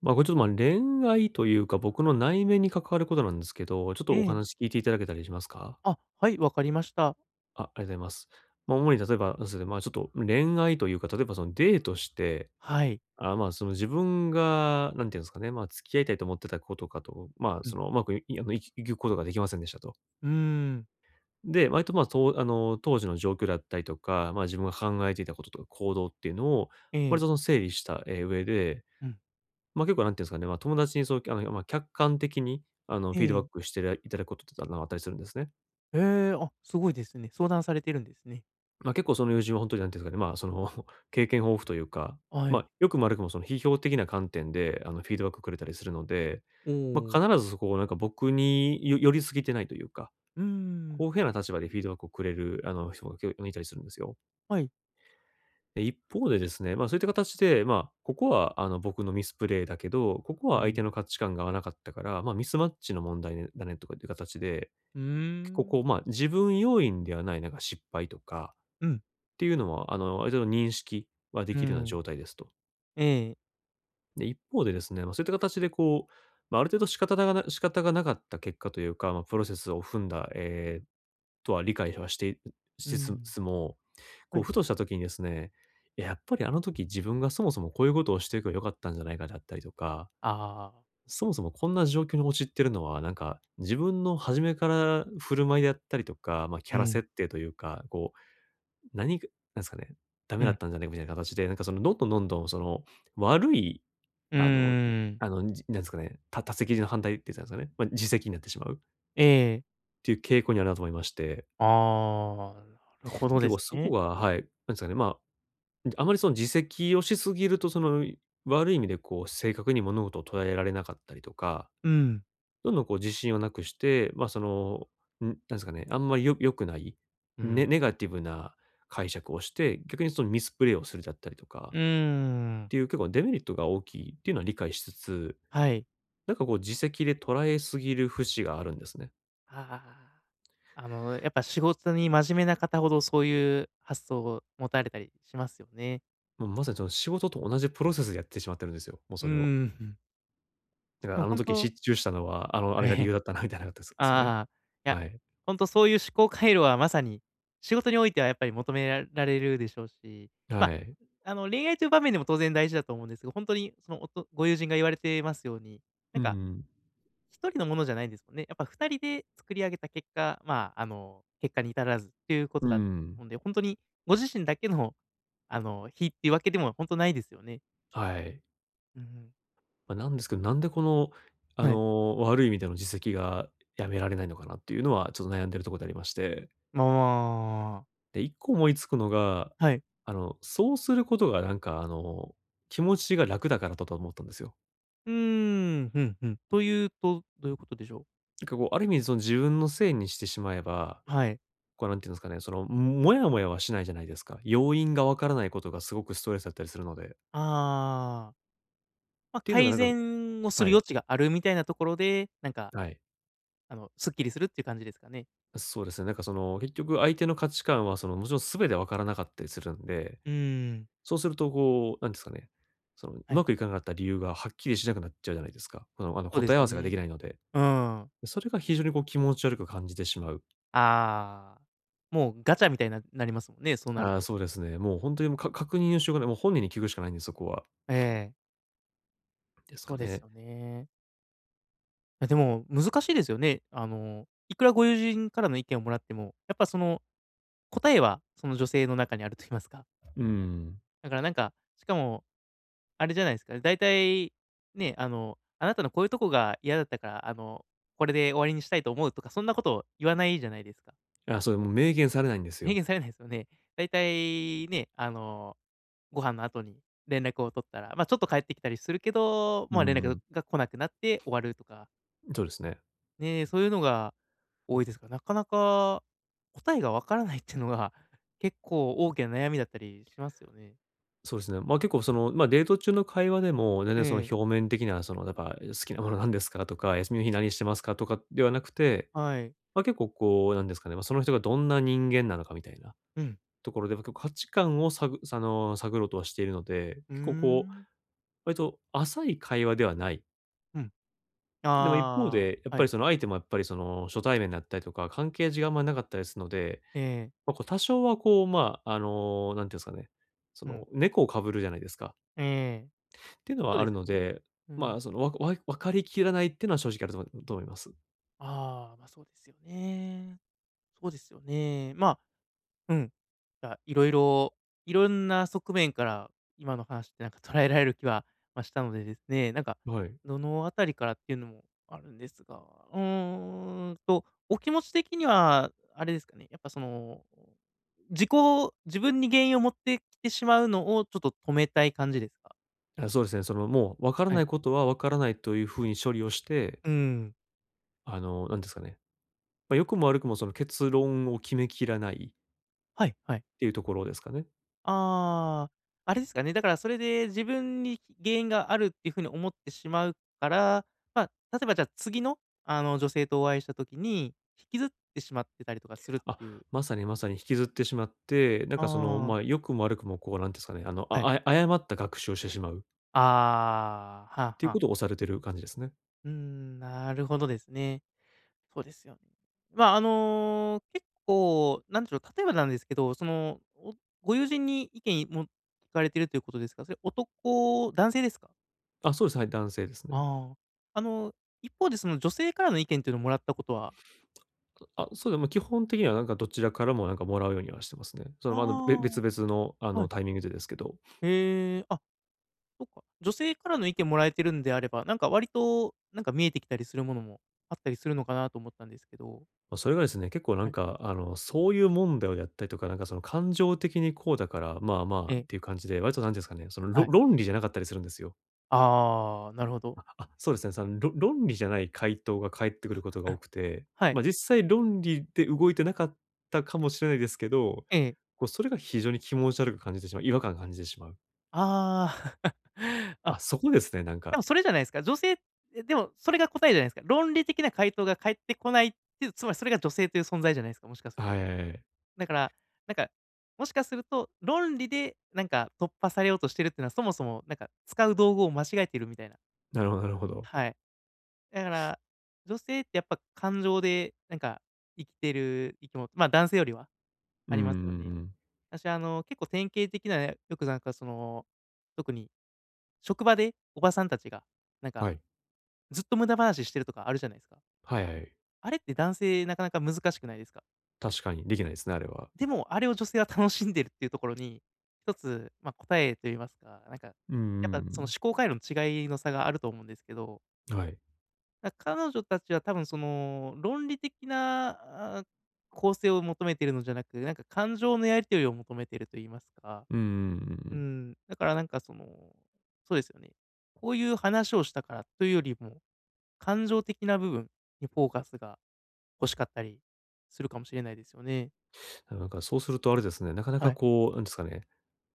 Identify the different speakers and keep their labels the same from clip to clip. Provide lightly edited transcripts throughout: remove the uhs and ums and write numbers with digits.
Speaker 1: これちょっと、恋愛というか、僕の内面に関わることなんですけど、ちょっ
Speaker 2: え
Speaker 1: とお
Speaker 2: え。
Speaker 1: 話聞いていただけたりしますか？
Speaker 2: あ、はい、わかりました。
Speaker 1: あ、ありがとうございます。主に例えば、そうですね、ちょっと恋愛というか、例えばそのデートして、
Speaker 2: はい。
Speaker 1: あ、その自分が何ていうんですかね、付き合いたいと思ってた子とかと、
Speaker 2: う
Speaker 1: そ
Speaker 2: ん。
Speaker 1: のうまくいあの、いいくことができませんでしたと。
Speaker 2: うーん。
Speaker 1: で、割と、当時の状況だったりとか、自分が考えていたこととか行動っていうのを、
Speaker 2: え
Speaker 1: 割とそ
Speaker 2: え。
Speaker 1: の整理した、上で
Speaker 2: うん。
Speaker 1: 結構なんていうんですかね、友達にそう、客観的に、
Speaker 2: え
Speaker 1: フィードバッ
Speaker 2: え。
Speaker 1: クしていただくことって、あったりするんですね。
Speaker 2: へえ、あ、すごいですね。相談されてるんですね。
Speaker 1: 結構その友人は本当になんていうんですかね、その 経験豊富というか、
Speaker 2: はい。
Speaker 1: 良くも悪くもその批評的な観点で、フィードバックくれたりするので、
Speaker 2: おお。
Speaker 1: 必ずそこをなんか僕に寄りすぎてないというか、
Speaker 2: うーん。
Speaker 1: 公平な立場でフィードバックをくれる、人が、いたりするんですよ。
Speaker 2: はい。
Speaker 1: で、一方でですね、そういった形で、ここは僕のミスプレイだけど、ここ
Speaker 2: う
Speaker 1: は相手
Speaker 2: ん。
Speaker 1: の価値観が合わなかったから、ミスマッチの問題だねとかっていう形で、
Speaker 2: うー
Speaker 1: 結構
Speaker 2: ん。
Speaker 1: こう、自分要因ではないなんか失敗とか
Speaker 2: うん。
Speaker 1: っていうのは、ある程度認識はで
Speaker 2: う
Speaker 1: きるような
Speaker 2: ん。
Speaker 1: 状態ですと。
Speaker 2: ええ。
Speaker 1: で、一方でですね、そういった形でこう、ある程度仕方がなかった結果というか、プロセスを踏んだ、とは理解はしてい
Speaker 2: う
Speaker 1: しつ
Speaker 2: ん。
Speaker 1: つも、
Speaker 2: は
Speaker 1: こう
Speaker 2: い。
Speaker 1: ふとした時にですね、いや、やっぱりあの時自分がそもそもこういうことをしていけば良かったんじゃないかであったりとか、
Speaker 2: ああ。
Speaker 1: そもそもこんな状況に陥ってるのは、なんか自分の初めから振る舞いであったりとか、キ
Speaker 2: う
Speaker 1: ャラ
Speaker 2: ん、
Speaker 1: 設定というか、こう何かなんですかね、ダ
Speaker 2: う
Speaker 1: メだ
Speaker 2: ん。
Speaker 1: ったんじゃないかみたいな形で、なんかその、どんどんどんどんその、悪い、
Speaker 2: う
Speaker 1: あの
Speaker 2: ーん。
Speaker 1: なんですかね、他責の反対って言ったんですかね、自責になってしまうっ
Speaker 2: ええ。
Speaker 1: ていう傾向にあるなと思いまして、
Speaker 2: ああ、なるほど
Speaker 1: 結
Speaker 2: で
Speaker 1: 構
Speaker 2: す
Speaker 1: そこ
Speaker 2: ね。
Speaker 1: がはい、なんですかね、あまりその自責をしすぎると、その、悪い意味でこう正確に物事を捉えられなかったりとか、
Speaker 2: うん。
Speaker 1: どんどんこう自信をなくして、その、なんですかね、あんまり良くない、
Speaker 2: うん。
Speaker 1: ネガティブな解釈をして、逆にそのミスプレイをするだったりとか
Speaker 2: うー
Speaker 1: っ
Speaker 2: ん。
Speaker 1: ていう結構デメリットが大きいっていうのは理解しつつ、
Speaker 2: はい。
Speaker 1: なんかこう自責で捉えすぎる節があるんですね。
Speaker 2: ああ。あの、やっぱ仕事に真面目な方ほどそういう発想を持たれたりしますよね。
Speaker 1: もうまさにその仕事と同じプロセスでやってしまってるんですよ、もう
Speaker 2: う
Speaker 1: それを。
Speaker 2: ーん。
Speaker 1: だか
Speaker 2: で
Speaker 1: ら
Speaker 2: も
Speaker 1: あの
Speaker 2: 本
Speaker 1: 時
Speaker 2: 当、
Speaker 1: 失注したのは、あ
Speaker 2: え
Speaker 1: れが理
Speaker 2: え。
Speaker 1: 由だったなみたいなですかね。
Speaker 2: ああ、いや、
Speaker 1: はい。
Speaker 2: 本当そういう思考回路はまさに仕事においてはやっぱり求められるでしょうし、ま
Speaker 1: は
Speaker 2: あ、
Speaker 1: い。
Speaker 2: あの、恋愛という場面でも当然大事だと思うんですが、本当にそのご友人が言われてますように、な
Speaker 1: う
Speaker 2: んか
Speaker 1: ん。
Speaker 2: 一人のものじゃないんですもんね。やっぱ二人で作り上げた結果、まあ、あの、結果に至らずっていうこと
Speaker 1: う
Speaker 2: だ
Speaker 1: ん。
Speaker 2: もんで、本当にご自身だけの、あの、非っていうわけでも本当ないですよね。
Speaker 1: はい。
Speaker 2: うんうん。
Speaker 1: なんですけど、なんでこの、
Speaker 2: はい。
Speaker 1: 悪い意味での自責がやめられないのかなっていうのは、ちょっと悩んでるところでありまして。
Speaker 2: まあ
Speaker 1: で、一個思いつくのが、
Speaker 2: はい。
Speaker 1: そうすることがなんか気持ちが楽だからだと思ったんですよ。
Speaker 2: うーん、うんうん。というと、どういうことでしょう？
Speaker 1: なんかこう、ある意味その自分のせいにしてしまえば、
Speaker 2: はい。
Speaker 1: こうなんていうんですかね、その、もやもやはしないじゃないですか。要因がわからないことがすごくストレスだったりするので。っ
Speaker 2: ああ、まあ、
Speaker 1: ていうのが
Speaker 2: 改
Speaker 1: なんか
Speaker 2: 善をする
Speaker 1: はい、
Speaker 2: 余地があるみたいなところで、なんか、
Speaker 1: はい。
Speaker 2: あの、すっきりするっていう感じですかね？
Speaker 1: そうですね、なんかその、結局相手の価値観はその、もちろん全てわからなかったりするんで、
Speaker 2: うーん。
Speaker 1: そうするとこう、なんですかね、その、う
Speaker 2: はい。
Speaker 1: まくいかなかった理由がはっきりしなくなっちゃうじゃないですか。この、
Speaker 2: そうで
Speaker 1: 答
Speaker 2: す
Speaker 1: え合
Speaker 2: よ
Speaker 1: わせがで
Speaker 2: ね。
Speaker 1: きないので。
Speaker 2: うーん。
Speaker 1: それが非常にこう気持ち悪く感じてしまう。
Speaker 2: ああ、もうガチャみたいななりますもんね、そうなる
Speaker 1: ああ、
Speaker 2: と。
Speaker 1: そうですね。もう本当にもう確認のしようがない。もう本人に聞くしかないんで、そこは。
Speaker 2: ええ、
Speaker 1: です
Speaker 2: そ
Speaker 1: か
Speaker 2: うです
Speaker 1: ね。
Speaker 2: よね。いやでも難しいですよね。あの、いくらご友人からの意見をもらっても、やっぱその答えはその女性の中にあると言いますか。
Speaker 1: うん。
Speaker 2: だからなんか、しかもあれじゃないですか、だいたいね、あの、あなたのこういうとこが嫌だったから、あの、これで終わりにしたいと思うとか、そんなことを言わないじゃないですか。
Speaker 1: あ、そう、もう明言されないんです
Speaker 2: 明
Speaker 1: よ。
Speaker 2: 言されないですよね。だいたいね、あの、ご飯の後に連絡を取ったら、ま、ちょっと帰ってきたりするけど、
Speaker 1: う
Speaker 2: ま、連絡
Speaker 1: ん、
Speaker 2: が来なくなって終わるとか、
Speaker 1: そうですね。
Speaker 2: ね、そういうのが多いですから、なかなか答えがわからないっていうのが結構大きな悩みだったりしますよね。
Speaker 1: そうですね。結構その、デート中の会話でも、全
Speaker 2: え
Speaker 1: 然その
Speaker 2: え、
Speaker 1: 表面的なそのやっぱ「好きなものなんですか？」とか「休みの日何してますか？」とかではなくて、
Speaker 2: はい。
Speaker 1: 結構こうなんですかね、その人がどんな人間なのかみたいな
Speaker 2: うん。
Speaker 1: ところで、結構価値観をさぐあの、探ろうとはしているので、
Speaker 2: うー
Speaker 1: 結構こう、
Speaker 2: ん。
Speaker 1: 割と浅い会話ではない。
Speaker 2: うん。
Speaker 1: でも一方
Speaker 2: ああ、
Speaker 1: で、やっ
Speaker 2: は
Speaker 1: ぱり
Speaker 2: い。
Speaker 1: その相手もやっぱりその初対面だったりとか、関係値があんまりなかったりするので、
Speaker 2: ええ、
Speaker 1: こう多少はこう、なんていうんですかね、そ
Speaker 2: うん。
Speaker 1: の猫を被るじゃないですか。
Speaker 2: ええ、
Speaker 1: っていうの
Speaker 2: そう
Speaker 1: はあ
Speaker 2: で
Speaker 1: る
Speaker 2: す
Speaker 1: の
Speaker 2: よね。
Speaker 1: で、
Speaker 2: うん。
Speaker 1: その分かりきらないっていうのは正直あると思います。
Speaker 2: ああ、ま、そうですよね。そうですよね。ま、あうん。なんかいろいろ、いろんな側面から今の話ってなんか捉えられる気は、まあ、したのでですね、なんか、
Speaker 1: はい。
Speaker 2: どのあたりからっていうのもあるんですが、うーんと、お気持ち的には、あれですかね、やっぱその、自己自分に原因を持ってきてしまうのをちょっと止めたい感じですか？
Speaker 1: あ、そうですね、そのもう分から
Speaker 2: は
Speaker 1: な
Speaker 2: い。
Speaker 1: いことは分からないというふうに処理をして、
Speaker 2: うん。
Speaker 1: なんですかね、良くも悪くもその結論を決めきらないっ
Speaker 2: はいはい。
Speaker 1: ていうところですかね。
Speaker 2: ああ、あれですかね、だからそれで自分に原因があるっていう風に思ってしまうから、まあ、例えばじゃあ次の、あの、女性とお会いした時に、引きずってしまってたりとかするっ
Speaker 1: あ、
Speaker 2: ていう。
Speaker 1: まさにまさに引きずってしまって、なんかその、
Speaker 2: ああ、
Speaker 1: 良くも悪くもこう、なんていうんですかね、
Speaker 2: はい。
Speaker 1: 誤った学習をしてしまうっ
Speaker 2: ああ、はあ
Speaker 1: ていう
Speaker 2: はあ。
Speaker 1: ことをされてる感じですね。
Speaker 2: うーん、なるほどですね。そうですよね。まあ、あの、結構、なんでしょう、例えばなんですけど、その、おご友人に意見も聞かれてるということですが、それ男性ですか？
Speaker 1: あ、そうです。はい、男性ですね。
Speaker 2: ああ。あの、一方でその女性からの意見っていうのをもらったことは。
Speaker 1: あ、そうでも基本的にはなんかどちらからもなんかもらうようにはしてますね。その、
Speaker 2: あ
Speaker 1: 別々のあ
Speaker 2: あ、は
Speaker 1: の
Speaker 2: い。
Speaker 1: タイミングでですけど、
Speaker 2: へえ、あ、そっか。女性からの意見もらえてるんであれば、なんか割と、なんか見えてきたりするものもあったりするのかなと思ったんですけど。
Speaker 1: それがですね、結構な
Speaker 2: は
Speaker 1: ん
Speaker 2: い。
Speaker 1: か、そういう問題をやったりとか、なんかその感情的にこうだから、まあ
Speaker 2: え
Speaker 1: まあっ
Speaker 2: え、
Speaker 1: ていう感じで、割となんていうんですかね、その
Speaker 2: はい。
Speaker 1: 論理じゃなかったりするんですよ。
Speaker 2: ああ、なるほど。
Speaker 1: あ、そうですね。その、論理じゃない回答が返ってくることが多 くて、
Speaker 2: はい。
Speaker 1: 実際論理で動いてなかったかもしれないですけど、
Speaker 2: ええ。
Speaker 1: こう、それが非常に気持ち悪く感じてしまう、違和感を感じてしまう。
Speaker 2: ああ。あ、
Speaker 1: あ、そこですね、なん
Speaker 2: でも
Speaker 1: か。
Speaker 2: それじゃないですか。女性、え、でもそれが答えじゃないですか。論理的な回答が返ってこないっていう、つまりそれが女性という存在じゃないですか、もしかする
Speaker 1: は
Speaker 2: と。
Speaker 1: いはいはい。
Speaker 2: だから、なんか、もしかすると、論理でなんか突破されようとしてるっていうのは、そもそもなんか使う道具を間違えてるみたいな。
Speaker 1: なるほどなるほど。
Speaker 2: はい。だから、女性ってやっぱ感情でなんか生きてる生き物、まあ、男性よりは
Speaker 1: う
Speaker 2: あ
Speaker 1: んう
Speaker 2: り
Speaker 1: んう
Speaker 2: ますよね。
Speaker 1: ん。
Speaker 2: 私あの、結構典型的なねよくなんかその、特に職場でおばさんたちが、なん
Speaker 1: は
Speaker 2: か
Speaker 1: い。
Speaker 2: ずっと無駄話してるとかあるじゃないですか。
Speaker 1: はいはい。
Speaker 2: あれって男性なかなか難しくないですか？
Speaker 1: 確かにできないですね、あれは。
Speaker 2: でも、あれを女性は楽しんでるっていうところに、一つ、まあ、答えと言いますか、なんか、や
Speaker 1: うんう
Speaker 2: っぱその
Speaker 1: ん
Speaker 2: 思考回路の違いの差があると思うんですけど、
Speaker 1: うん。はい。
Speaker 2: なんか彼女たちは多分その、論理的な、あ、構成を求めているのじゃなく、なんか感情のやり取りを求めていると言いますか、
Speaker 1: うんうんうんう
Speaker 2: う
Speaker 1: ん。
Speaker 2: ん、だからなんかその、そうですよね。こういう話をしたからというよりも、感情的な部分にフォーカスが欲しかったりするかもしれないですよね。
Speaker 1: なんかそうするとあれですね、なかな
Speaker 2: は
Speaker 1: か
Speaker 2: い。
Speaker 1: こう、なんですかね、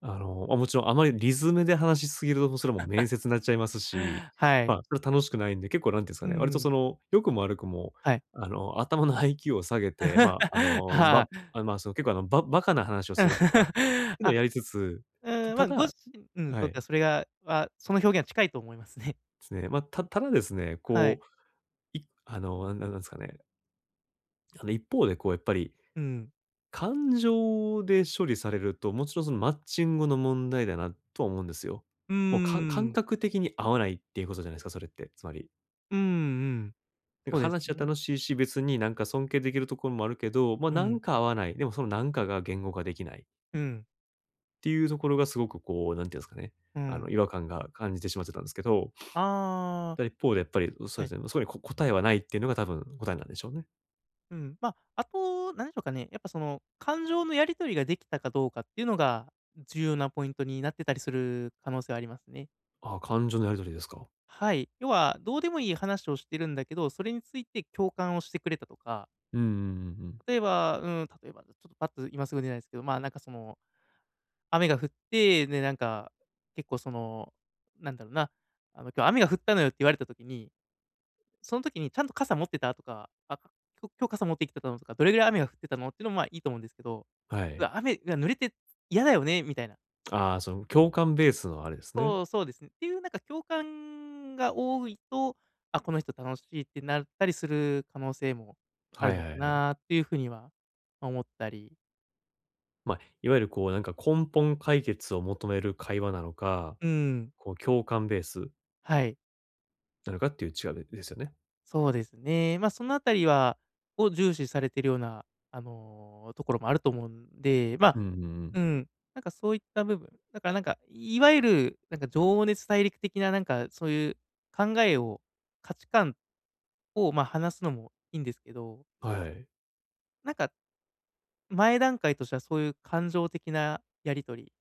Speaker 1: もちろんあまり理詰めで話しすぎると、それはもう面接になっちゃいますし、
Speaker 2: はい。
Speaker 1: それは楽しくないんで、結構なんていうんですか
Speaker 2: う
Speaker 1: ね、割とそ
Speaker 2: ん。
Speaker 1: の、良くも悪くも、
Speaker 2: はい。
Speaker 1: 頭の IQ を下げて、ま、あ の、
Speaker 2: はあ。
Speaker 1: ばあ、ま、その結構バカな話をするとか、っ ていうのを
Speaker 2: あ、
Speaker 1: やりつつ、
Speaker 2: うん、まあ、ご
Speaker 1: だ
Speaker 2: 自身に
Speaker 1: は
Speaker 2: とっ
Speaker 1: い、
Speaker 2: て
Speaker 1: で
Speaker 2: はそれがは、その表現は近いと思いますね。
Speaker 1: すね。ま、たただですね、
Speaker 2: は
Speaker 1: こ
Speaker 2: い。
Speaker 1: う、いあの、なんなんですかね、一方でこうやっぱり
Speaker 2: うん。
Speaker 1: 感情で処理されると、もちろんそのマッチングの問題だなとは思うんですよ。
Speaker 2: うー
Speaker 1: もう感
Speaker 2: ん。
Speaker 1: 覚的に合わないっていうことじゃないですか、それって、つまり。
Speaker 2: うんうん。
Speaker 1: なん
Speaker 2: そう
Speaker 1: か
Speaker 2: です
Speaker 1: 話は
Speaker 2: ね。
Speaker 1: 楽しいし、別になんか尊敬できるところもあるけど、
Speaker 2: う
Speaker 1: な
Speaker 2: ん。
Speaker 1: んか合わない。でもそのなんかが言語化できないっ
Speaker 2: うん。
Speaker 1: ていうところがすごくこう、なんていうんですかね。
Speaker 2: うん。
Speaker 1: 違和感が感じてしまってたんですけど、
Speaker 2: ああ、
Speaker 1: ただ一方でやっぱり、
Speaker 2: は
Speaker 1: そうで
Speaker 2: い。
Speaker 1: すね、そこに答えはないっていうのが多分答えなんでしょうね。
Speaker 2: うん。まあ、あと、何でしょうかね、やっぱその、感情のやり取りができたかどうかっていうのが、重要なポイントになってたりする可能性はありますね。
Speaker 1: ああ、感情のやりとりですか。
Speaker 2: はい。要は、どうでもいい話をしてるんだけど、それについて共感をしてくれたとか、
Speaker 1: うんうんうんうん。
Speaker 2: 例えば、うん、例えば、ちょっとパッと今すぐ出ないですけど、まあ、なんかその、雨が降って、で、なんか、結構その、なんだろうな、あの、今日雨が降ったのよって言われた時に、その時にちゃんと傘持ってたとか、今日傘持ってきてたのとか、どれぐらい雨が降ってたのっていうのもまあいいと思うんですけど、
Speaker 1: は
Speaker 2: う
Speaker 1: い。
Speaker 2: わ、雨が濡れて嫌だよね、みたいな。
Speaker 1: ああ、その共感ベースのあれですね。
Speaker 2: そうそうですね。っていう、なんか共感が多いと、あ、この人楽しいってなったりする可能性もある
Speaker 1: はい
Speaker 2: の
Speaker 1: は
Speaker 2: か
Speaker 1: いはい。
Speaker 2: なっていうふうには思ったり。
Speaker 1: いわゆるこうなんか根本解決を求める会話なのか、
Speaker 2: うん。
Speaker 1: こう共感ベース
Speaker 2: はい、
Speaker 1: なのかっていう違いですよね。
Speaker 2: そうですね。ま、あそのあたりはを重視されてるような、あの、ところもあると思うんで、ま
Speaker 1: うん
Speaker 2: あ、
Speaker 1: うんう
Speaker 2: う
Speaker 1: ん。
Speaker 2: ん、なんかそういった部分、だからなんか、いわゆるなんか情熱大陸的ななんかそういう考えを、価値観を、まあ、話すのもいいんですけど、
Speaker 1: はいはい。
Speaker 2: なんか前段階としてはそういう感情的なやり取り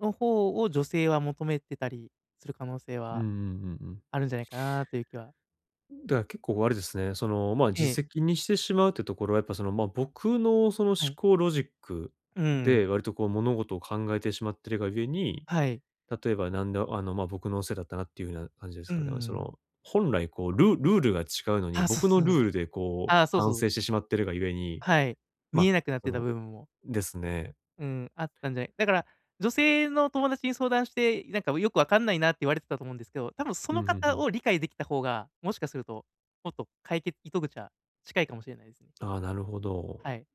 Speaker 2: の方を女性は求めてたりする可能性
Speaker 1: うん
Speaker 2: は
Speaker 1: うんうんうん。
Speaker 2: あるんじゃないかなという気は。
Speaker 1: だから結構あれですね、その、
Speaker 2: え
Speaker 1: 自
Speaker 2: え、
Speaker 1: 責にしてしまうってところはやっぱその、僕のその思
Speaker 2: はい。
Speaker 1: 考ロジック
Speaker 2: うん、
Speaker 1: で割とこう物事を考えてしまってるがゆえに、
Speaker 2: はい。
Speaker 1: 例えばなんで、僕のせいだったなっていうような感じです
Speaker 2: う
Speaker 1: かね。そ
Speaker 2: ん。
Speaker 1: の、本来こうルールが違うのに、
Speaker 2: ああ、そう
Speaker 1: 僕の
Speaker 2: そ
Speaker 1: ル
Speaker 2: う。
Speaker 1: ールでこう
Speaker 2: あそう
Speaker 1: 反
Speaker 2: そう。
Speaker 1: 省してしまってるがゆえに
Speaker 2: はい。
Speaker 1: ま、
Speaker 2: 見え
Speaker 1: あ
Speaker 2: なくなっ
Speaker 1: そ
Speaker 2: てた
Speaker 1: の
Speaker 2: 部分も、
Speaker 1: ですね。
Speaker 2: うん、あったんじゃないだから、女性の友達に相談して、なんかよくわかんないなって言われてたと思うんですけど、多分そ
Speaker 1: う
Speaker 2: の
Speaker 1: んうんう
Speaker 2: 方
Speaker 1: ん。
Speaker 2: を理解できた方が、もしかすると、もっと解決糸口は近いかもしれないですね。
Speaker 1: ああ、なるほど。
Speaker 2: はい。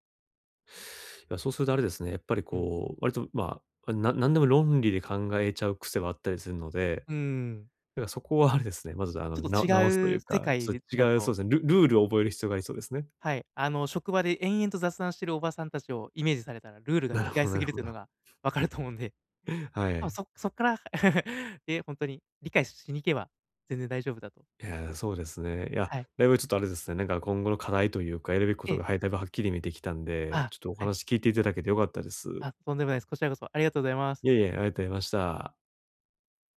Speaker 1: いや、そうするとあれですね、やっぱり
Speaker 2: うん。
Speaker 1: こう、割と、なんでも論理で考えちゃう癖はあったりするので、
Speaker 2: うん。
Speaker 1: だからそこはあれですね、まず
Speaker 2: ちょっと
Speaker 1: 直すと
Speaker 2: 違
Speaker 1: い
Speaker 2: う
Speaker 1: う
Speaker 2: 世
Speaker 1: か、
Speaker 2: 界
Speaker 1: ちょっ
Speaker 2: で
Speaker 1: と
Speaker 2: だ
Speaker 1: 違うそ
Speaker 2: と、
Speaker 1: うですね、ルールを覚える必要がありそうですね。
Speaker 2: はい、あの、職場で延々と雑談してるおばさんたちをイメージされたら、ルール が
Speaker 1: なる
Speaker 2: 違い
Speaker 1: ほど
Speaker 2: す
Speaker 1: な
Speaker 2: ぎ
Speaker 1: る
Speaker 2: る
Speaker 1: ほ
Speaker 2: という
Speaker 1: ど。
Speaker 2: のがわかると思うんで。
Speaker 1: は
Speaker 2: あ、
Speaker 1: い。
Speaker 2: そ そっから で、本当に理解しに行けば全然大丈夫だと。
Speaker 1: いや、そうですね。いや、
Speaker 2: はい。
Speaker 1: だいぶちょっとあれですね、なんか今後の課題というか、やるべきこ
Speaker 2: え
Speaker 1: と
Speaker 2: え。
Speaker 1: が、はい、だいぶはっきり見えてきたん
Speaker 2: あ
Speaker 1: で、
Speaker 2: あ、
Speaker 1: ちょっとお
Speaker 2: はい。
Speaker 1: 話聞いていただけて良かったです。
Speaker 2: あ、とんでもないです。こちらこそありがとうございます。
Speaker 1: いえいえ、ありがとうございました。